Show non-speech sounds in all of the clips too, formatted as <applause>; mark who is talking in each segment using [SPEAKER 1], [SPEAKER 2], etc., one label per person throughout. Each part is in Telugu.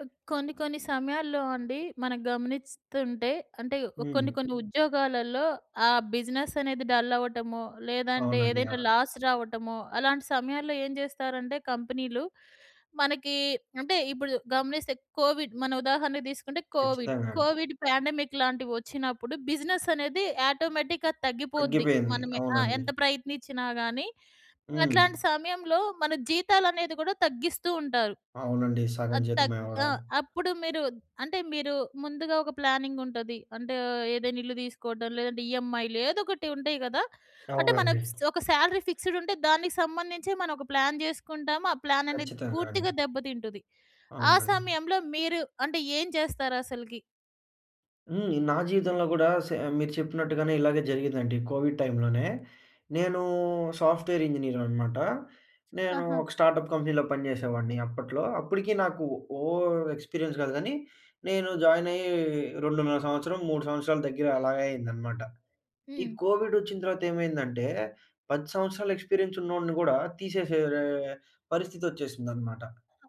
[SPEAKER 1] కొన్ని కొన్ని సమయాల్లో అండి మనం గమనిస్తుంటే అంటే
[SPEAKER 2] హ్మ్.
[SPEAKER 1] కొన్ని కొన్ని ఉద్యోగాలలో ఆ బిజినెస్ అనేది డల్ అవ్వటమో, లేదంటే
[SPEAKER 2] అవునండి.
[SPEAKER 1] ఏదైనా
[SPEAKER 2] అవును.
[SPEAKER 1] లాస్ రావటమో, అలాంటి సమయాల్లో ఏం చేస్తారంటే కంపెనీలు మనకి అంటే ఇప్పుడు గమనిస్తే కోవిడ్ మన ఉదాహరణకు తీసుకుంటే కోవిడ్.
[SPEAKER 2] ఖచ్చితంగా అండి.
[SPEAKER 1] కోవిడ్ పాండమిక్ లాంటివి వచ్చినప్పుడు బిజినెస్ అనేది ఆటోమేటిక్‌గా తగ్గిపోద్ది.
[SPEAKER 2] తగ్గిపోయింది.
[SPEAKER 1] మనమే
[SPEAKER 2] అవునండి.
[SPEAKER 1] ఎంత ప్రయత్నించినా గాని.
[SPEAKER 2] హ్మ్.
[SPEAKER 1] అట్లాంటి సమయంలో మన జీతాలనేది కూడా తగ్గిస్తూ ఉంటారు.
[SPEAKER 2] అవునండి. సగం
[SPEAKER 1] అది తగ్
[SPEAKER 2] జీతమే
[SPEAKER 1] ఆ!
[SPEAKER 2] అవ్వడం.
[SPEAKER 1] అప్పుడు మీరు అంటే మీరు ముందుగా ఒక ప్లానింగ్ ఉంటది. అంటే ఏదైనా ఇల్లు తీసుకోవడం, లేదంటే ఈఎంఐలు ఏదో ఒకటి ఉంటాయి కదా! అంటే
[SPEAKER 2] అవునండి.
[SPEAKER 1] ఒక సాలరీ ఫిక్స్‌డ్ ఉంటే దానికి సంబంధించే మనం ఒక ప్లాన్ చేసుకుంటాము. ఆ ప్లాన్ అనేది
[SPEAKER 2] ఖచ్చితంగా అండి.
[SPEAKER 1] పూర్తిగా దెబ్బతింటది. ఆ
[SPEAKER 2] అవునండి.
[SPEAKER 1] సమయంలో మీరు అంటే ఏం చేస్తారు అసలకి?
[SPEAKER 2] హ్మ్. నా జీవితంలో కూడా మీరు చెప్పినట్టుగానే ఇలాగే జరిగిందండి. కోవిడ్ టైంలోనే. నేను సాఫ్ట్‌వేర్ ఇంజినీర్ అనమాట. నేను
[SPEAKER 1] ఆహా!
[SPEAKER 2] ఒక స్టార్టప్ కంపెనీలో పనిచేసేవాడిని అప్పట్లో. అప్పటికి నాకు ఓ ఎక్స్‌పీరియన్స్ కాదు గానీ, నేను జాయిన్ అయ్యి 2.5 సంవత్సరం, 3 సంవత్సరాల దగ్గర అలాగే అయిందనమాట. ఈ
[SPEAKER 1] హ్మ్.
[SPEAKER 2] కోవిడ్ వచ్చిన తర్వాత ఏమైందంటే, 10 సంవత్సరాల ఎక్స్‌పీరియన్స్ ఉన్నోడిని గూడా తీసేసే పరిస్థితి వచ్చేసిందన్నమాట.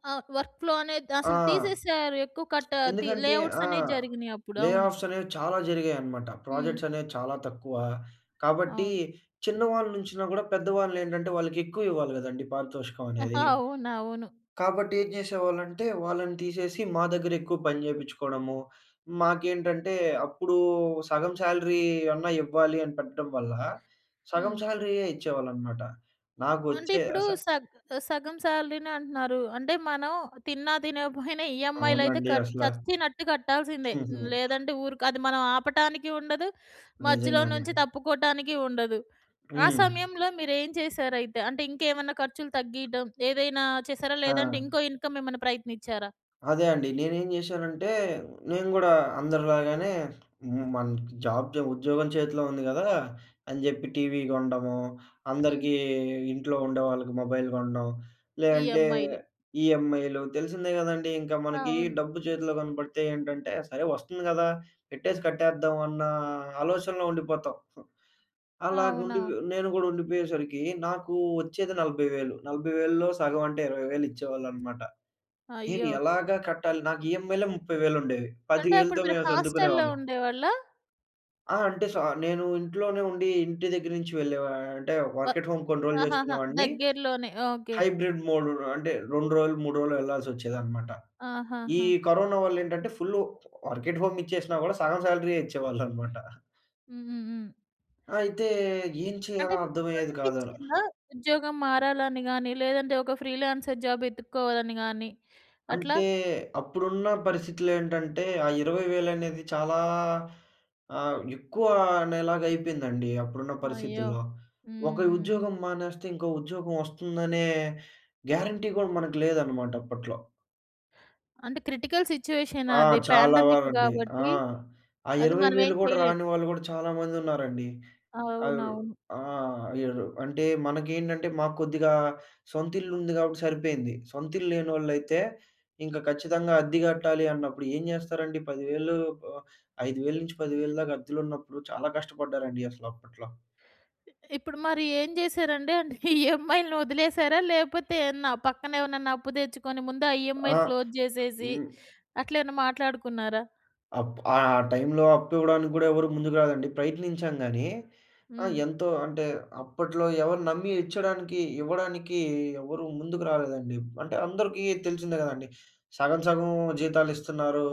[SPEAKER 1] ఆ! వర్క్ ఫ్లో అనేది
[SPEAKER 2] ఆ!
[SPEAKER 1] అసలు తీసేసారు. ఎక్కువ కట్ తి
[SPEAKER 2] ఎందుకంటే
[SPEAKER 1] లేఔట్స్
[SPEAKER 2] ఆ!
[SPEAKER 1] అనేవి జరిగినాయి అప్పుడు.
[SPEAKER 2] లే
[SPEAKER 1] అవును.
[SPEAKER 2] ఆఫ్స్ అనేవి చాలా జరిగాయన్నమాట.
[SPEAKER 1] హ్మ్.
[SPEAKER 2] ప్రాజెక్ట్స్ అనేవి చాలా తక్కువ. కాబట్టి
[SPEAKER 1] అవును.
[SPEAKER 2] చిన్నవాళ్ళ నుంచినా గూడా పెద్దవాళ్ళేంటంటే వాళ్ళకి ఎక్కువ ఇవ్వాలి గదండీ పారితోషికం అనేది.
[SPEAKER 1] ఆహా, అవును. అవును.
[SPEAKER 2] కాబట్టి ఏం చేసేవాళ్ళంటే, వాళ్ళని తీసేసి మా దగ్గర ఎక్కువ పని చేపించుకోవడము. మాకేంటంటే అప్పుడు సగం శాలరీ అన్నా ఇవ్వాలి అని పెట్టడం వల్ల, సగం
[SPEAKER 1] హ్మ్.
[SPEAKER 2] శాలరీయే ఇచ్చేవాళ్ళనమాట.
[SPEAKER 1] అంటే
[SPEAKER 2] నాకొచ్చే
[SPEAKER 1] ఇప్పుడు
[SPEAKER 2] అస
[SPEAKER 1] సగం సాలరీనే అంటున్నారు. అంటే మనం తిన్నా తినకపోయినా ఈఎంఐలయితే
[SPEAKER 2] అవునండి.
[SPEAKER 1] కట్
[SPEAKER 2] అసల.
[SPEAKER 1] చచ్చినట్టు కట్టాల్సిందే.
[SPEAKER 2] హుహు.
[SPEAKER 1] లేదంటే ఊరుక అది మనం ఆపటానికి ఉండదు. మధ్యలో
[SPEAKER 2] నిజంగానే.
[SPEAKER 1] నుంచి తప్పుకోటానికి ఉండదు. ఆ
[SPEAKER 2] హ్మ్.
[SPEAKER 1] సమయంలో మీరేం చేశారైతే? అంటే ఇంకేమన్నా ఖర్చులు తగ్గీయడం ఏదైనా చేశారా?
[SPEAKER 2] ఆ!
[SPEAKER 1] లేదంటే ఇంకో ఇన్‌కమ్ ఏమైనా ప్రయత్నించారా?
[SPEAKER 2] అదే అండి. నేనేం జేశానంటే, నేను గూడా అందరిలాగానే మనకి జాబ్ ఉద్యోగం చేతిలో ఉంది గదా! అని జెప్పి టీవీ గొనడము,
[SPEAKER 1] హ్మ్.
[SPEAKER 2] అందరికీ ఇంట్లో ఉండే వాళ్ళకి మొబైల్ గొనడం, లేదంటే
[SPEAKER 1] ఈఎంఐలు.
[SPEAKER 2] ఈఎంఐలు తెలిసిందే గదండీ! ఇంకా మనకి
[SPEAKER 1] అవును.
[SPEAKER 2] డబ్బు చేతిలో కనపడితే ఏంటంటే, సరే వస్తుంది గదా! పెట్టేసి కట్టేద్దాం అన్న ఆలోచనలో ఉండిపోతాం. అలాగుండి
[SPEAKER 1] అవునవును.
[SPEAKER 2] నేను గూడా ఉండిపోయేసరికి నాకు వచ్చేది 40,000. 40,000లో సగం అంటే 20,000 ఇచ్చేవాళ్ళనమాట. నేను
[SPEAKER 1] అయ్యో!
[SPEAKER 2] ఎలాగా కట్టాలి? నాకు ఈఎంఐలే 30,000 ఉండేవి.
[SPEAKER 1] అంటే అప్పుడు
[SPEAKER 2] 10,000తో
[SPEAKER 1] మీరు
[SPEAKER 2] మేము
[SPEAKER 1] హాస్టల్‌లో
[SPEAKER 2] సర్దుకునేవాళ్ళం.
[SPEAKER 1] ఉండేవాళ్ళా?
[SPEAKER 2] ఆ! అంటే నేను ఇంట్లోనే ఉండి ఇంటి దగ్గర నుంచి వెళ్ళేవా అంటే
[SPEAKER 1] వ
[SPEAKER 2] వర్క్ ఎట్ హోమ్ కొన్ని రోజులు
[SPEAKER 1] ఆహాహా!
[SPEAKER 2] చేసుకునేవాడిని.
[SPEAKER 1] దగ్గరలోనే. ఓకే.
[SPEAKER 2] హైబ్రిడ్ మోడ్ అంటే 2 రోజులు, 3 రోజులు వెళ్ళాల్సొచ్చేదన్నమాట. ఈ
[SPEAKER 1] ఆహాహా!
[SPEAKER 2] కరోనా వల్లేంటంటే ఫుల్లు వర్క్ ఎట్ హోమ్ ఇచ్చేసినా గూడా సగం సాలరీయే ఇచ్చేవాళ్ళన్నమాట.
[SPEAKER 1] హ్మ్. హ్మ్. హ్మ్.
[SPEAKER 2] అయితే ఏం
[SPEAKER 1] అంటే
[SPEAKER 2] చేయాలో అర్థమయ్యేది కాదు.
[SPEAKER 1] మీకనిపిచ్చిందా? ఉద్యోగం మారాలని గాని, లేదంటే ఒక ఫ్రీలాన్సర్ జాబ్ ఎతుక్కోవాలని గాని అట్లా?
[SPEAKER 2] అంటే అప్పుడున్న పరిస్థితులేంటంటే, ఆ 20,000 అనేది చాలా ఎక్కువ అనేలాగా అయిపోయిందండి అప్పుడున్న
[SPEAKER 1] అయ్యో!
[SPEAKER 2] పరిస్థితుల్లో.
[SPEAKER 1] హ్మ్.
[SPEAKER 2] ఒక
[SPEAKER 1] హ్మ్. హ్మ్.
[SPEAKER 2] ఉద్యోగం మానేస్తే ఇంకో ఉద్యోగం వస్తుందనే గ్యారంటీ కూడా మనకు లేదనమాట అప్పట్లో.
[SPEAKER 1] అంటే క్రిటికల్ సిట్యుయేషన్
[SPEAKER 2] ఆ!
[SPEAKER 1] అది
[SPEAKER 2] చాలా
[SPEAKER 1] పాండమిక్
[SPEAKER 2] వారండి. ఆ!
[SPEAKER 1] గాబట్టి,
[SPEAKER 2] ఆ
[SPEAKER 1] అది
[SPEAKER 2] 20,000
[SPEAKER 1] మనమేం
[SPEAKER 2] గూడా
[SPEAKER 1] చేయలేం.
[SPEAKER 2] రాని వాళ్ళు గూడా చాలా మందున్నారండి. ఆరు
[SPEAKER 1] అవునవును.
[SPEAKER 2] ఆ! ఏరు అంటే మనకేంటంటే మాకు కొద్దిగా సొంతిల్లుంది గాబట్టి సరిపోయింది. సొంతిల్లు లేనోళ్ళైతే ఇంక ఖచ్చితంగా అద్దె గట్టాలి అన్నప్పుడు ఏం జేస్తారండి 10,000 ఆహ్, 5,000-10,000 దాకా అద్దెలున్నప్పుడు చాలా కష్టపడ్డారండి అసలు అప్పట్లో.
[SPEAKER 1] ఇప్పుడు మరి ఏం జేశారండి? అంటే ఈఎంఐలను వదిలేసారా? లేపోతే నా పక్కన ఎవరినన్నా అప్పు తెచ్చుకొని ముందు ఆ
[SPEAKER 2] ఆ!
[SPEAKER 1] ఈఎంఐలు క్లోజ్ జేసేసి
[SPEAKER 2] హ్మ్.
[SPEAKER 1] అట్లేమన్నా మాట్లాడుకున్నారా?
[SPEAKER 2] టైంలో అప్పివ్వడానికి గూడా ఎవరు ముందుకు రాదండి. ప్రయత్నించాం గానీ, ఆ!
[SPEAKER 1] హ్మ్.
[SPEAKER 2] ఎంతో అంటే అప్పట్లో ఎవరు నమ్మి ఇచ్చడానికి ఇవ్వడానికి ఎవరు ముందుకు రాలేదండి. అంటే అందరికీ తెలిసిందే గదండీ. సగం సగం జీతాలిస్తున్నారు.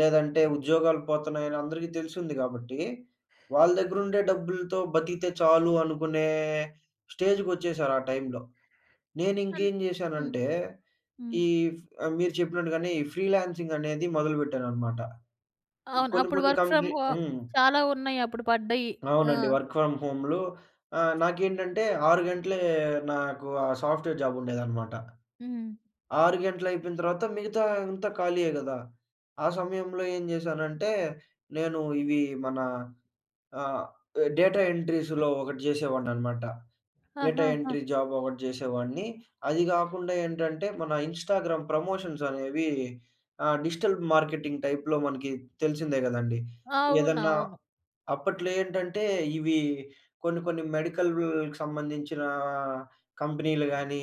[SPEAKER 2] లేదంటే ఉద్యోగాలు పోతున్నాయని అందరికీ తెలిసుంది గాబట్టి, వాళ్ళ దగ్గరుండే డబ్బులతో బతికితే చాలు అనుకునే స్టేజ్‌కొచ్చేసారు ఆ టైంలో.
[SPEAKER 1] అన్
[SPEAKER 2] నేనింకేం
[SPEAKER 1] హ్మ్.
[SPEAKER 2] జేశానంటే,
[SPEAKER 1] హ్మ్.
[SPEAKER 2] ఈ మీరు చెప్పినట్టుగానే ఈ ఫ్రీలాన్సింగ్ అనేది మొదలుపెట్టాననమాట.
[SPEAKER 1] అవును.
[SPEAKER 2] కొన్ని
[SPEAKER 1] అప్పుడు
[SPEAKER 2] కొన్ని
[SPEAKER 1] వర్క్ ఫ్రమ్
[SPEAKER 2] కంపెనీ
[SPEAKER 1] హో చాలా ఉన్నాయి అప్పుడు పడ్డయి. ఆ!
[SPEAKER 2] అవునండి. వర్క్ ఫ్రమ్ హోమ్‌లు నాకేంటంటే 6 గంటలే నాకు ఆ సాఫ్ట్‌వేర్ జాబ్ ఉండేదనమాట.
[SPEAKER 1] హ్మ్.
[SPEAKER 2] 6 గంటలు అయిపోయిన తర్వాత మిగతా అంతా ఖాళీయే గదా! ఆ సమయంలో ఏం జేశానంటే, నేను ఆహ్, డేటా ఎంట్రీస్‌లో ఒకటి జేసేవాడిననమాట. డేటా
[SPEAKER 1] ఆహాహా!
[SPEAKER 2] ఎంట్రీ జాబ్ ఒకటి జేసేవాడిని. అది గాకుండా ఏంటంటే, మన ఇన్‌స్టాగ్రామ్ ప్రమోషన్స్ అనేవి డిజిటల్ మార్కెటింగ్ టైప్‌లో మనకి తెలిసిందే గదండీ! ఏదన్నా
[SPEAKER 1] అవునవును.
[SPEAKER 2] అప్పట్లో ఏంటంటే, ఇవి కొన్ని కొన్ని మెడికల్‌కి సంబంధించిన కంపెనీలు గానీ,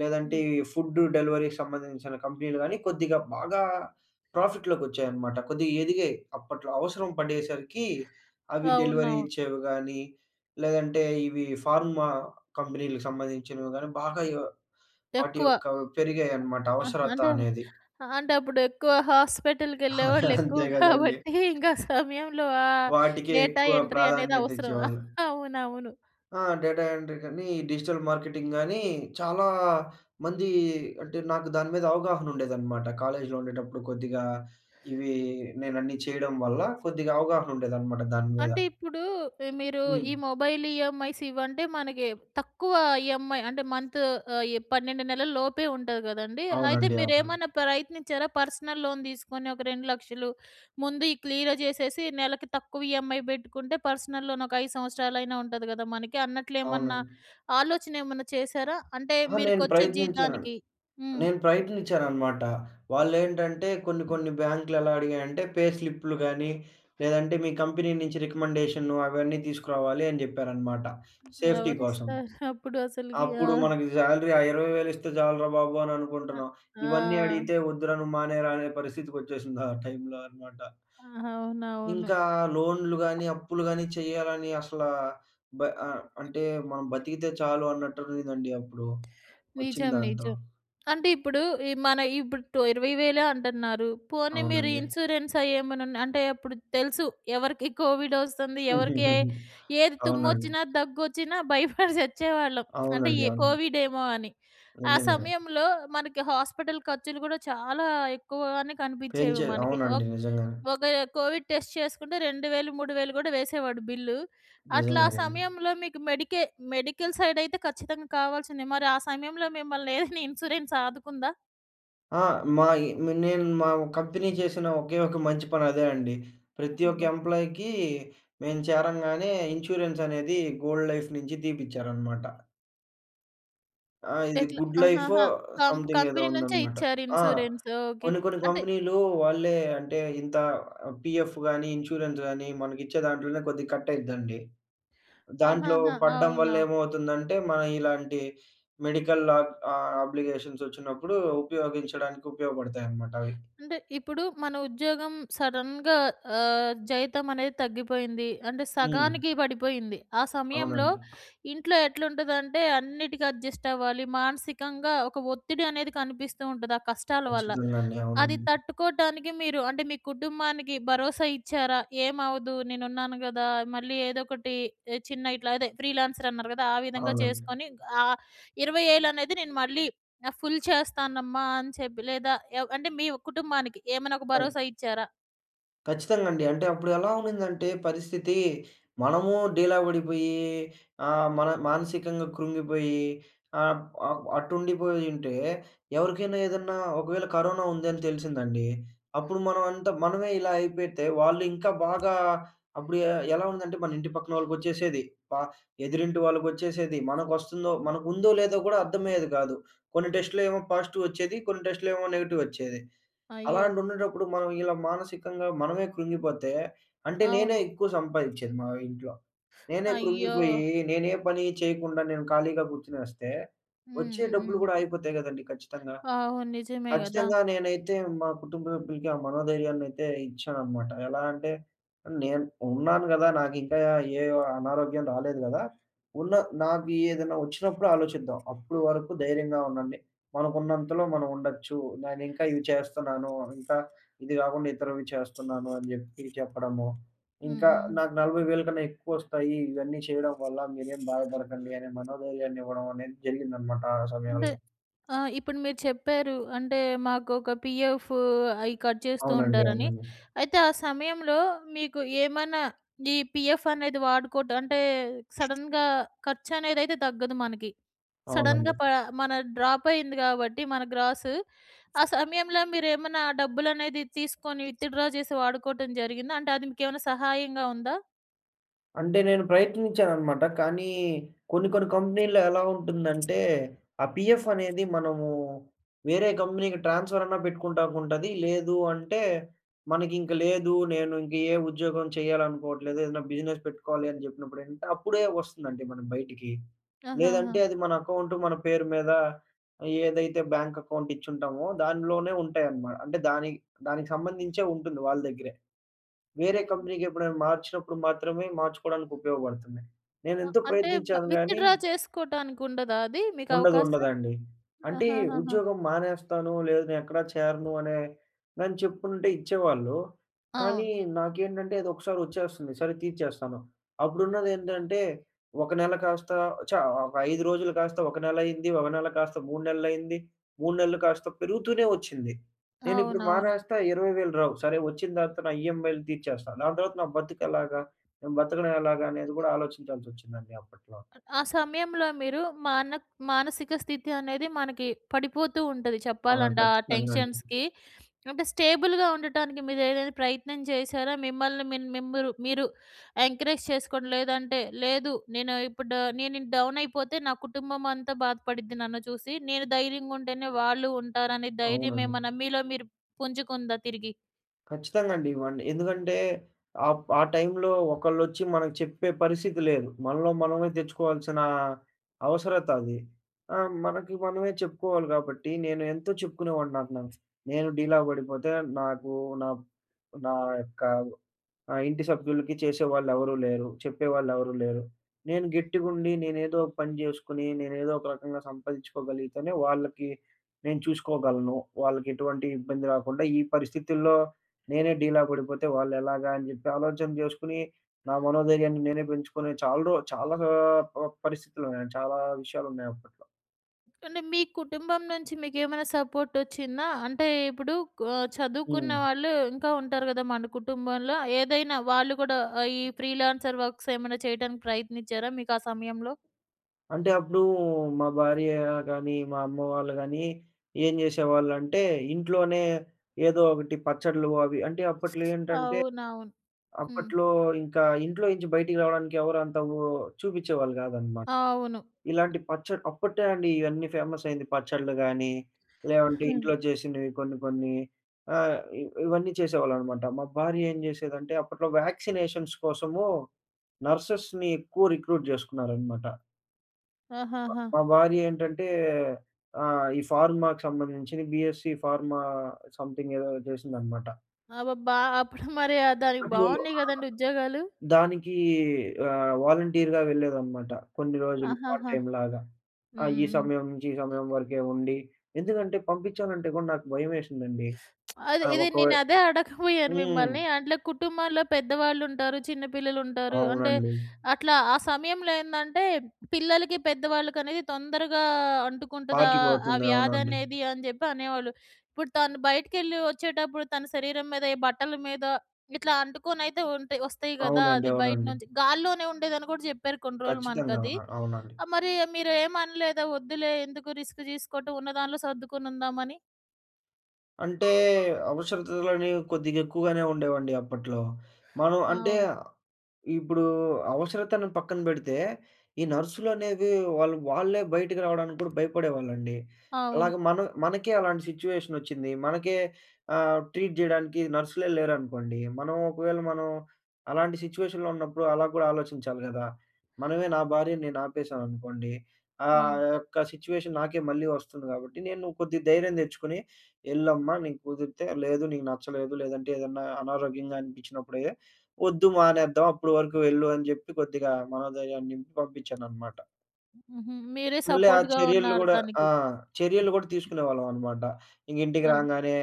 [SPEAKER 2] లేదంటే
[SPEAKER 1] హ్మ్.
[SPEAKER 2] ఈ ఫుడ్ డెలివరీకి సంబంధించిన కంపెనీలు గానీ, కొద్దిగా బాగా ప్రాఫిట్‌లోకొచ్చాయన్నమాట. కొద్దిగా ఎదిగాయి. అప్పట్లో అవసరం పడేసరికి అవి డెలివరీ
[SPEAKER 1] అవునవును.
[SPEAKER 2] ఇచ్చేవి గానీ, లేదంటే ఇవి ఫార్మా కంపెనీలకు సంబంధించినవి గానీ, బాగా వాటి
[SPEAKER 1] ఎక్కువ.
[SPEAKER 2] యొక్క పెరిగాయన్నమాట అవసరత
[SPEAKER 1] అంటే
[SPEAKER 2] అనేది.
[SPEAKER 1] అంటే అప్పుడు ఎక్కువ
[SPEAKER 2] <laughs>
[SPEAKER 1] హాస్పిటల్‌కెళ్ళేవాళ్ళు ఎక్కువ
[SPEAKER 2] అంతే గదండీ!
[SPEAKER 1] కాబట్టి, ఇంకా సమయంలో ఆ
[SPEAKER 2] వాటికే
[SPEAKER 1] డేటా
[SPEAKER 2] ఎక్కువ
[SPEAKER 1] ఎంట్రీ అనేది
[SPEAKER 2] ప్రాధాన్యత
[SPEAKER 1] అవసరం.
[SPEAKER 2] ఇచ్చేవాళ్ళు.
[SPEAKER 1] అవునవును.
[SPEAKER 2] ఆ! డేటా ఎంట్రీ కానీ, డిజిటల్ మార్కెటింగ్ గానీ, చాలా మంది అంటే నాకు దాని మీద అవగాహన ఉండేదనమాట. కాలేజీలో ఉండేటప్పుడు కొద్దిగా ఇవి నేనన్నీ చేయడం వల్ల కొద్దిగా అవగాహన ఉండేదనమాట దాని మీద.
[SPEAKER 1] అంటే ఇప్పుడు మీరు
[SPEAKER 2] హ్మ్.
[SPEAKER 1] ఈ మొబైల్ ఈఎంఐస్ ఇవంటే మనకి తక్కువ ఈఎంఐ అంటే ఈ 12 నెలల లోపే ఉంటది గదండీ! అయితే
[SPEAKER 2] అవునండి. అవునండి.
[SPEAKER 1] మీరేమన్నా ప్రయత్నించారా? పర్సనల్ లోన్ తీసుకొని ఒక 2,00,000 ముందు ఈ క్లియర్ చేసేసి నెలకి తక్కువ ఈఎంఐ బెట్టుకుంటే పర్సనల్ లోన్ ఒక 5 సంవత్సరాలైనా ఉంటది గదా! మనకి అన్నట్లు ఏమన్నా
[SPEAKER 2] అవునండి.
[SPEAKER 1] ఆలోచన ఏమన్నా చేశారా? అంటే
[SPEAKER 2] అహా! నేను
[SPEAKER 1] మీరుకొచ్చే
[SPEAKER 2] ప్రయత్నించానండి.
[SPEAKER 1] జీతానికి. హ్మ్.
[SPEAKER 2] నేను ప్రయత్నించాననమాట. వాళ్ళేంటంటే కొన్ని కొన్ని బ్యాంకులెలా అడిగాయంటే పే స్లిప్‌లు గానీ, లేదంటే మీ కంపెనీ నుంచి రికమెండేషన్ అవన్నీ తీసుకురావాలి అని జెప్పారనమాట సేఫ్టీ కోసం.
[SPEAKER 1] ఎవరిస్తారు అప్పుడు అసలకి? ఆ!
[SPEAKER 2] అప్పుడు మనకి సాలరీ ఆ 20,000 ఇస్తే చాలురా బాబు అని
[SPEAKER 1] ఆ!
[SPEAKER 2] అనుకుంటున్నాం.
[SPEAKER 1] ఆ!
[SPEAKER 2] ఇవన్నీ అడిగితే వద్దురా నువ్వు మానేయరా అనే పరిస్థితికొచ్చేసింది ఆ టైంలో అన్నమాట.
[SPEAKER 1] అవునవును.
[SPEAKER 2] ఇంకా లోన్‌లు గాని, అప్పులు గాని చేయాలని అసలా బ అంటే మనం బతికితే చాలు అన్నట్టుండిందండి అప్పుడు. వచ్చిన
[SPEAKER 1] నిజం.
[SPEAKER 2] దాంతో.
[SPEAKER 1] నిజం. అంటే ఇప్పుడు ఈ మన ఇప్పుడు 20,000 అంటున్నారు. పోనీ మీరు
[SPEAKER 2] అవునండి.
[SPEAKER 1] ఇన్సూరెన్స్ అయ్యేమనన్నా అంటే అప్పుడు తెలుసు ఎవరికి కోవిడొస్తుంది, ఎవరికి ఏ ఏది
[SPEAKER 2] అవునండి.
[SPEAKER 1] తుమ్మొచ్చినా, దగ్గొచ్చినా భయపడి చచ్చేవాళ్ళం. అంటే
[SPEAKER 2] అవునండి.
[SPEAKER 1] ఏ
[SPEAKER 2] అవును.
[SPEAKER 1] కోవిడేమో అని. ఆ
[SPEAKER 2] నిజంగానే.
[SPEAKER 1] సమయంలో మనకి హాస్పిటల్ ఖర్చులు కూడా చాలా ఎక్కువగానే కనిపిచ్చేవి
[SPEAKER 2] పెంచే
[SPEAKER 1] మనకి.
[SPEAKER 2] అవునండి. నిజంగానే.
[SPEAKER 1] ఒక కోవిడ్ టెస్ట్ చేసుకుంటే 2,000, 3,000 కూడా వేసేవాడు బిల్లు. అట్లా ఆ
[SPEAKER 2] నిజంగానే.
[SPEAKER 1] సమయంలో మీకు మెడికల్ సైడ్ అయితే ఖచ్చితంగా కావాల్సిందే. మరి ఆ సమయంలో మిమ్మల్ని ఏదైనా ఇన్సూరెన్స్ ఆదుకుందా?
[SPEAKER 2] ఆ! మా ఇ నేను మా కంపెనీ చేసిన ఒకే ఒక మంచి పని అదే అండి. ప్రతి ఒక్క
[SPEAKER 1] అబ్బా!
[SPEAKER 2] ఎంప్లాయీకి మేము చేరంగానే ఇన్స్యూరెన్స్ అనేది గోల్డ్ లైఫ్ నుంచి తీపిచ్చారనమాట. ఆ! ఇది
[SPEAKER 1] ఎట్లా?
[SPEAKER 2] గుడ్ లైఫో
[SPEAKER 1] ఆహాహా!
[SPEAKER 2] సంథింగ్ ఏదో
[SPEAKER 1] కంపెనీ నుంచే
[SPEAKER 2] ఉందనమాట.
[SPEAKER 1] ఇచ్చారు
[SPEAKER 2] ఆ!
[SPEAKER 1] ఇన్సూరెన్స్. ఓకే.
[SPEAKER 2] కొన్ని కొన్ని
[SPEAKER 1] అంటే
[SPEAKER 2] కంపెనీలు వాళ్ళే అంటే ఇంత పీఎఫ్ గాని, ఇన్స్యూరెన్స్ గాని మనకిచ్చే దాంట్లోనే కొద్దిగా కట్ అయిద్దండి. దాంట్లో
[SPEAKER 1] ఆహాహా!
[SPEAKER 2] పడడం వల్ల
[SPEAKER 1] అవునవును.
[SPEAKER 2] ఏమవుతుందంటే మనం ఇలాంటి అబ్లిగేషన్స్ ఒచ్చినప్పుడు ఉపయోగించడానికి ఉపయోగపడతాయన్నమాట అవి.
[SPEAKER 1] అంటే ఇప్పుడు మన ఉద్యోగం సడెన్‌గా జీతం అనేది తగ్గిపోయింది. అంటే
[SPEAKER 2] హ్మ్.
[SPEAKER 1] సగానికి పడిపోయింది. ఆ సమయంలో
[SPEAKER 2] అవునండి.
[SPEAKER 1] ఇంట్లో ఎట్లుంటదంటే అన్నిటికి అడ్జస్ట్ అవ్వాలి. మానసికంగా ఒక ఒత్తిడి అనేది కనిపిస్తూ ఉంటది ఆ కష్టాల వల్ల.
[SPEAKER 2] ఖచ్చితంగా అండి.
[SPEAKER 1] అది
[SPEAKER 2] అవునండి.
[SPEAKER 1] తట్టుకోవటానికి మీరు అంటే మీ కుటుంబానికి భరోసా ఇచ్చారా? ఏమవ్వదు నేనున్నాను గదా! మళ్ళీ ఏదో ఒకటి ఏ, చిన్న ఇట్లా అదే ఫ్రీలాన్సర్ అన్నారు గదా! ఆ
[SPEAKER 2] ఆ!
[SPEAKER 1] విధంగా
[SPEAKER 2] అవునండి.
[SPEAKER 1] చేసుకొని ఆహ్, 20,000 అనేది నేను మళ్ళీ ఆ! ఫుల్ చేస్తానమ్మా అని చెప్పి లేదా అంటే మీ కుటుంబానికి ఏమైనా ఒక భరోసా
[SPEAKER 2] క
[SPEAKER 1] ఇచ్చారా?
[SPEAKER 2] ఖచ్చితంగా అండి. అంటే అప్పుడు ఎలా ఉన్నిందంటే పరిస్థితి, మనము డీలా పడిపోయి మన మానసికంగా కృంగిపోయి ఆహ్, ఆహ్, అటుండిపోయుంటే ఎవరికైనా ఏదన్నా ఒకవేళ కరోనా ఉంది అని తెలిసిందండి. అప్పుడు మనం అంతా మనమే ఇలా అయిపోతే వాళ్ళు ఇంకా బాగా అప్పుడు ఎలా ఉందంటే మన ఇంటి పక్కన వాళ్ళకొచ్చేసేది. ప ఎదురింటి వాళ్ళకొచ్చేసేది. మనకొస్తుందో మనకుందో లేదో కూడా అర్థమయ్యేది కాదు. కొన్ని టెస్టులేమో పాజిటివ్ వచ్చేది. కొన్ని టెస్టులేమో నెగెటివ్ వచ్చేది.
[SPEAKER 1] అయ్యో!
[SPEAKER 2] అలాంటి ఉండేటప్పుడు మనం ఇలా మానసికంగా మనమే కృంగిపోతే అంటే నేనే
[SPEAKER 1] అవును.
[SPEAKER 2] ఎక్కువ సంపాదించేది మా ఇంట్లో. నేనే
[SPEAKER 1] అయ్యో!
[SPEAKER 2] కృంగిపోయి, నేనే పని చేయకుండా నేను ఖాళీగా కూర్చొనేస్తే,
[SPEAKER 1] హ్మ్.
[SPEAKER 2] వచ్చే
[SPEAKER 1] హ్మ్.
[SPEAKER 2] డబ్బులు
[SPEAKER 1] హ్మ్.
[SPEAKER 2] కూడా ఆగిపోతాయి గదండీ ఖచ్చితంగా.
[SPEAKER 1] అవును. నిజమే గదా!
[SPEAKER 2] ఖచ్చితంగా నేనైతే మా కుటుంబ సభ్యులకి ఆ మనోధైర్యాన్నయితే ఇచ్చాననమాట. ఎలా అంటే నేను ఉన్నాను గదా! నాకింకా ఏ అనారోగ్యం రాలేదు గదా! ఉన్న నాకు ఏదైనా వచ్చినప్పుడు ఆలోచిద్దాం. అప్పుడు వరకు ధైర్యంగా ఉండండి. మనకున్నంతలో మనం ఉండొచ్చు. నేనింకా ఇవి చేస్తున్నాను. ఇంకా ఇది గాకుండా ఇతరవి చేస్తున్నాను అని జెప్పి చెప్పడము.
[SPEAKER 1] హ్మ్.
[SPEAKER 2] ఇంకా
[SPEAKER 1] హ్మ్.
[SPEAKER 2] నాకు 40,000 కన్నా ఎక్కువొస్తాయి. ఇవన్నీ చేయడం వల్ల మీరేం బాధపడకండి అనే మనోధైర్యాన్ని ఇవ్వడం అనేది జరిగిందనమాట ఆ
[SPEAKER 1] అంటే
[SPEAKER 2] సమయంలో.
[SPEAKER 1] ఆ! ఇప్పుడు మీరు చెప్పారు. అంటే మాకొక పీఎఫ్ అయి కట్ చేస్తూ
[SPEAKER 2] అవునండి.
[SPEAKER 1] ఉంటారని.
[SPEAKER 2] అవునండి.
[SPEAKER 1] అయితే ఆ సమయంలో మీకు ఏమన్నా ఈ పీఎఫ్ అనేది వాడుకోవటం అంటే సడెన్‌గా ఖర్చనేదైతే తగ్గదు మనకి. సడెన్‌గా
[SPEAKER 2] అవునండి.
[SPEAKER 1] ప మన డ్రాప్ అయింది కాబట్టి మన గ్రాసు. ఆ సమయంలో మీరేమన్నా ఆ డబ్బులనేది తీసుకొని విత్‌డ్రా చేసి వాడుకోవటం జరిగిందా? అంటే అది మీకేమైనా సహాయంగా ఉందా?
[SPEAKER 2] అంటే నేను ప్రయత్నించాననమాట. కానీ కొన్ని కొన్ని కంపెనీల్లో ఎలా ఉంటుందంటే, ఆ పీఎఫ్ అనేది మనము వేరే కంపెనీకి ట్రాన్స్‌ఫర్ అన్నా పెట్టుకుంటాకుంటది. లేదు అంటే, మనకింక లేదు నేను ఇంక ఏ ఉద్యోగం చేయాలనుకోవట్లేదు. ఏదైనా బిజినెస్ పెట్టుకోవాలి అని జెప్పినప్పుడు ఏంటంటే, అప్పుడే వస్తుందండి మనకి బయటికి.
[SPEAKER 1] ఆహాహా!
[SPEAKER 2] లేదంటే అది మన అకౌంట్ మన పేరు మీద ఏదైతే బ్యాంక్ అకౌంట్ ఇచ్చుంటామో దానిలోనే ఉంటాయన్నమాట. అంటే దాని దానికి సంబంధించే ఉంటుంది వాళ్ళ దగ్గరే. వేరే కంపెనీకెప్పుడైనా మార్చినప్పుడు మాత్రమే మార్చుకోడానికి ఉపయోగపడుతున్నాయి.
[SPEAKER 1] అ
[SPEAKER 2] నేనెంతో
[SPEAKER 1] అంటే బ
[SPEAKER 2] ప్రయత్నించాను గానీ
[SPEAKER 1] విత్‌డ్రా చేసుకోవటానికి ఉండదా అది మీకు
[SPEAKER 2] ఉండదు.
[SPEAKER 1] అవకాశం?
[SPEAKER 2] ఉండదండి. అంటే
[SPEAKER 1] ఆహాహాహా!
[SPEAKER 2] ఉద్యోగం మానేస్తాను, లేదు నేనెక్కడా చేరను అనే నేను చెప్పుంటే ఇచ్చేవాళ్ళు. కానీ
[SPEAKER 1] అవును.
[SPEAKER 2] నాకేంటంటే అది ఒకసారి వచ్చేస్తుంది. సరే తీర్చేస్తాను. అప్పుడున్నదేంటంటే ఒక నెల కాస్త ఛ! ఒక 5 రోజులు కాస్త ఒక నెలయింది. ఒక నెల కాస్త 3 నెలలయింది. 3 నెలలు కాస్త పెరుగుతూనే వచ్చింది. నేనిప్పుడు
[SPEAKER 1] అవునవును.
[SPEAKER 2] మానేస్తా 20,000 రావు. సరే వచ్చిన తర్వాత నా ఈఎంఐలు తీర్చేస్తా. దాని తర్వాత నా బతుకెలాగా? నేను బతకడం ఎలాగా? అనేది కూడా ఆలోచించాల్సొచ్చిందండి అప్పట్లో.
[SPEAKER 1] ఆ సమయంలో మీరు మాన మానసిక స్థితి అనేది మనకి పడిపోతూ ఉంటది
[SPEAKER 2] ఆ!
[SPEAKER 1] చెప్పాలంటే. ఆ
[SPEAKER 2] ఖచ్చితంగా అండి.
[SPEAKER 1] టెన్షన్స్‌కి అంటే స్టేబుల్‌గా ఉండటానికి మీరేదైనా ప్రయత్నం చేశారా? మిమ్మల్ని మిన్ మిమ్మురు మీరు ఎంకరేజ్ చేసుకోండి. లేదంటే లేదు నేను ఇప్పుడు నేను డౌన్ అయిపోతే నా కుటుంబం అంతా బాధపడిద్ది నన్ను చూసి. నేను ధైర్యంగా ఉంటేనే వాళ్ళు ఉంటారనే ధైర్యం
[SPEAKER 2] అవునండి.
[SPEAKER 1] ఏమన్నా మీలో మీరు పుంజుకుందా తిరిగి?
[SPEAKER 2] ఖచ్చితంగా అండి. ఇవన్నీ ఎందుకంటే ఆ టైంలో ఒకళ్ళొచ్చి మనకు చెప్పే పరిస్థితి లేదు. మనలో మనమే తెచ్చుకోవాల్సిన అవసరత అది. ఆ! మనకి మనమే చెప్పుకోవాలి కాబట్టి నేను ఎంతో చెప్పుకునేవాడిని నాకు నాకు నేను డీలా పడిపోతే నాకు నా నా యొక్క ఆ! ఇంటి సభ్యులకి చేసేవాళ్ళెవరూ లేరు. చెప్పేవాళ్ళెవరూ లేరు. నేను గట్టిగుండి నేనేదో ఒక పని జేసుకొని, నేనేదో ఒక రకంగా సంపాదించుకోగలిగితేనే వాళ్ళకి నేను చూసుకోగలను. వాళ్ళకెటువంటి ఇబ్బంది రాకుండా, ఈ పరిస్థితుల్లో నేనే డీలా పడిపోతే వాళ్ళెలాగా అని జెప్పి ఆలోచన జేసుకొని, నా మనోధైర్యాన్ని నేనే పెంచుకునే చాలా చాలా పరిస్థితులున్నాయండి. చాలా విషయాలున్నాయి అప్పట్లో.
[SPEAKER 1] అంటే మీ కుటుంబం నుంచి మీకేమైనా సపోర్టొచ్చిందా? అంటే ఇప్పుడు చదువుకున్న
[SPEAKER 2] హ్మ్.
[SPEAKER 1] వాళ్ళు ఇంకా ఉంటారు గదా! మన కుటుంబంలో. ఏదైనా వాళ్ళు కూడా ఈ ఫ్రీలాన్సర్ వర్క్స్ ఏమైనా చేయడానికి ప్రయత్నించారా మీకా సమయంలో?
[SPEAKER 2] అంటే అప్పుడు మా భార్య గానీ, మా అమ్మ వాళ్ళు గానీ ఏం జేసేవాళ్ళంటే, ఇంట్లోనే ఏదో ఒకటి పచ్చడ్లు అవి అంటే అప్పట్లో ఏంటంటే,
[SPEAKER 1] అవునవును. హ్మ్.
[SPEAKER 2] అప్పట్లో ఇంకా ఇంట్లో నుంచి బయటికి రావడానికి ఎవరు అంత ఓ చూపిచ్చేవాళ్ళు గాదనమాట.
[SPEAKER 1] అవును.
[SPEAKER 2] ఇలాంటి పచ్చడి అప్పటే అండి ఇవన్నీ ఫేమస్ అయింది. పచ్చడ్లు గానీ, లేవంటే
[SPEAKER 1] హ్మ్.
[SPEAKER 2] ఇంట్లో చేసినవి కొన్ని కొన్ని ఆహ్, ఇ ఇవన్నీ చేసేవాళ్ళనమాట. మా భార్య ఏం జేసేదంటే, అప్పట్లో వ్యాక్సినేషన్స్ కోసము నర్సెస్‌ని ఎక్కువ రిక్రూట్ జేసుకున్నారనమాట.
[SPEAKER 1] ఆహాహా!
[SPEAKER 2] మా భార్య ఏంటంటే ఈ ఫార్మాకి సంబంధించింది బీఎస్‌సీ ఫార్మా సంథింగ్ ఏదో చేసిందనమాట.
[SPEAKER 1] అబ్బబ్బా! అప్పుడు మరి దానికి
[SPEAKER 2] అప్పట్లో
[SPEAKER 1] బావున్నాయి
[SPEAKER 2] ఆ!
[SPEAKER 1] గదండీ ఉద్యోగాలు.
[SPEAKER 2] దానికి వాలంటీర్‌గా వెళ్ళేదనమాట. కొన్ని రోజులు పార్ట్
[SPEAKER 1] ఆహాహా!
[SPEAKER 2] టైమ్ లాగా.
[SPEAKER 1] హ్మ్.
[SPEAKER 2] ఆ! ఈ
[SPEAKER 1] హ్మ్.
[SPEAKER 2] సమయం నుంచి ఈ సమయం వరకే ఉండి ఎందుకంటే పంపించాలంటే కూడా నాకు భయమేసిందండి.
[SPEAKER 1] అది
[SPEAKER 2] ఆ!
[SPEAKER 1] ఇది నేను అదే అడగబోయాను
[SPEAKER 2] హ్మ్.
[SPEAKER 1] మిమ్మల్ని. అంటే కుటుంబంలో పెద్దవాళ్ళుంటారు, చిన్న పిల్లలుంటారు. అంటే
[SPEAKER 2] అవునండి.
[SPEAKER 1] అట్లా ఆ సమయంలో ఏందంటే పిల్లలకి, పెద్దవాళ్ళకనేది తొందరగా అంటుకుంటదా ఆ
[SPEAKER 2] పాకిపోతుంది. అవునండి.
[SPEAKER 1] వ్యాధనేది అని జెప్పి అనేవాళ్ళు. ఇప్పుడు తను బయటికెళ్ళి వచ్చేటప్పుడు తన శరీరం మీద, ఈ బట్టల మీద ఇట్లా అంటుకొనైతే ఉంటాయి వస్తాయి గదా!
[SPEAKER 2] అవునండి.
[SPEAKER 1] అది బయట
[SPEAKER 2] అవునండి.
[SPEAKER 1] నుంచి. గాల్లోనే ఉండేదని గూడా జెప్పారు కొన్ని రోజులు
[SPEAKER 2] ఖచ్చితంగా
[SPEAKER 1] మనకది.
[SPEAKER 2] అవును. అవునండి.
[SPEAKER 1] మరి మీరు ఏమనలేదా? వద్దులే ఎందుకు రిస్క్ తీసుకోవటం, ఉన్న దాంట్లో సర్దుకొని ఉందామని?
[SPEAKER 2] అంటే అవసరతలనేవి కొద్దిగా ఎక్కువగానే ఉండేవండి అప్పట్లో. మనం అంటే
[SPEAKER 1] అవును.
[SPEAKER 2] ఇప్పుడు అవసరతను పక్కన పెడితే, ఈ నర్సులనేవి వాళ్ళు వాళ్ళే బయటికి రావడానికి కూడా భయపడేవాళ్ళండి.
[SPEAKER 1] అవును.
[SPEAKER 2] అలాగే మనం మనకే అలాంటి సిట్యుయేషనొచ్చింది. మనకే ట్రీట్ జేయడానికి నర్సులే లేరనుకోండి. మనం ఒకవేళ మనం అలాంటి సిట్యుయేషన్‌లో ఉన్నప్పుడు అలా కూడా ఆలోచించాలి గదా! మనమే నా భార్యని నేను ఆపేశాననుకోండి. ఆ
[SPEAKER 1] హ్మ్.
[SPEAKER 2] యొక్క సిట్యుయేషన్ నాకే మళ్ళీ వస్తుంది గాబట్టి, నేను కొద్దిగా ధైర్యం తెచ్చుకొని, ఎళ్ళమ్మా! నీకు కుదిరితే లేదు నీకు నచ్చలేదు, లేదంటే ఏదన్నా అనారోగ్యంగా అనిపించినప్పుడే వద్దు మానేద్దాం. అప్పుడు వరకు వెళ్ళు అని జెప్పి కొద్దిగా మనోధైర్యాన్ని నింపి పంపించాననమాట.
[SPEAKER 1] హుహు. మీరే
[SPEAKER 2] మళ్ళీ ఆ
[SPEAKER 1] సపోర్ట్‌గా
[SPEAKER 2] చర్యలు
[SPEAKER 1] ఉన్నారు
[SPEAKER 2] గూడా ఆ!
[SPEAKER 1] దానికి.
[SPEAKER 2] చర్యలు గూడా తీసుకునేవాళ్ళమనమాట. ఇంక ఇంటికి
[SPEAKER 1] అన్
[SPEAKER 2] రాంగానే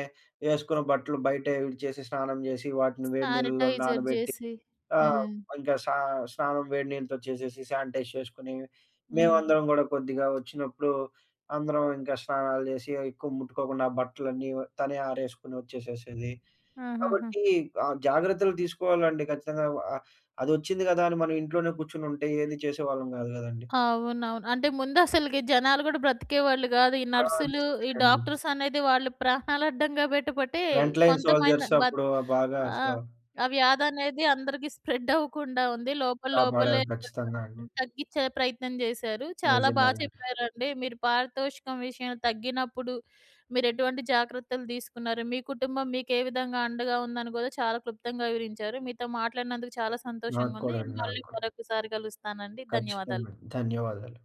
[SPEAKER 2] ఏసుకున్న బట్టలు బయటే విడిచేసి, స్నానం జేసి, వాటిని వేడి నీళ్ళలో
[SPEAKER 1] శానిటైజర్
[SPEAKER 2] నానబెట్టి
[SPEAKER 1] జేసి.
[SPEAKER 2] ఆ!
[SPEAKER 1] హ్మ్.
[SPEAKER 2] ఇంకా స్నానం వేడి నీళ్ళతో చేసేసి, శానిటైజ్ చేసుకొని,
[SPEAKER 1] హ్మ్.
[SPEAKER 2] మేమందరం గూడా కొద్దిగా వచ్చినప్పుడు అందరం ఇంకా స్నానాలు జేసి, ఎక్కువ ముట్టుకోకుండా ఆ బట్టలన్నీ తనే ఆరేసుకొని వచ్చేసేసేది.
[SPEAKER 1] ఆహాహా!
[SPEAKER 2] కాబట్టి జాగ్రత్తలు తీసుకోవాలండి ఖచ్చితంగా. ఆహ్, అదొచ్చింది గదా! అని మనం ఇంట్లోనే కూర్చొనుంటే ఏది చేసేవాళ్ళం గాదు గదండీ.
[SPEAKER 1] అవునవును. అంటే ముందసలకి జనాలు గూడా బ్రతికేవాళ్ళు గాదు. ఈ
[SPEAKER 2] ఆ!
[SPEAKER 1] నర్సులు, ఈ
[SPEAKER 2] నిజమేనండి.
[SPEAKER 1] డాక్టర్స్ అనేది వాళ్ళు ప్రాణాలు అడ్డంగా బెట్టబట్టే
[SPEAKER 2] ఫ్రంట్ లైన్
[SPEAKER 1] కొంతమంది
[SPEAKER 2] సోల్జర్స్ అప్పుడు బాగా
[SPEAKER 1] ఆ!
[SPEAKER 2] అసలు
[SPEAKER 1] ఆ వ్యాధనేది అందరికి స్ప్రెడ్ అవ్వకుండా ఉంది. లోపల లోపలే
[SPEAKER 2] కాపాడారు ఖచ్చితంగా అండి.
[SPEAKER 1] హ్మ్. తగ్గిచ్చే ప్రయత్నం జేశారు. చాలా బా
[SPEAKER 2] నిజంగానే అండి.
[SPEAKER 1] చెప్పారండి. మీరు పారితోషికం విషయంలో తగ్గినప్పుడు మీరెటువంటి జాగ్రత్తలు తీసుకున్నారు, మీ కుటుంబం మీకే విధంగా అండగా ఉందని గూడా చాలా క్లుప్తంగా వివరించారు. మీతో మాట్లాడినందుకు చాలా
[SPEAKER 2] నాకు
[SPEAKER 1] సంతోషంగుంది.
[SPEAKER 2] కూడా అండి. నాకు
[SPEAKER 1] మళ్ళీ
[SPEAKER 2] కూడా.
[SPEAKER 1] మరొకసారి గలుస్తానండి. ధన్యవాదాలు.
[SPEAKER 2] ఖచ్చితంగా. ధన్యవాదాలు.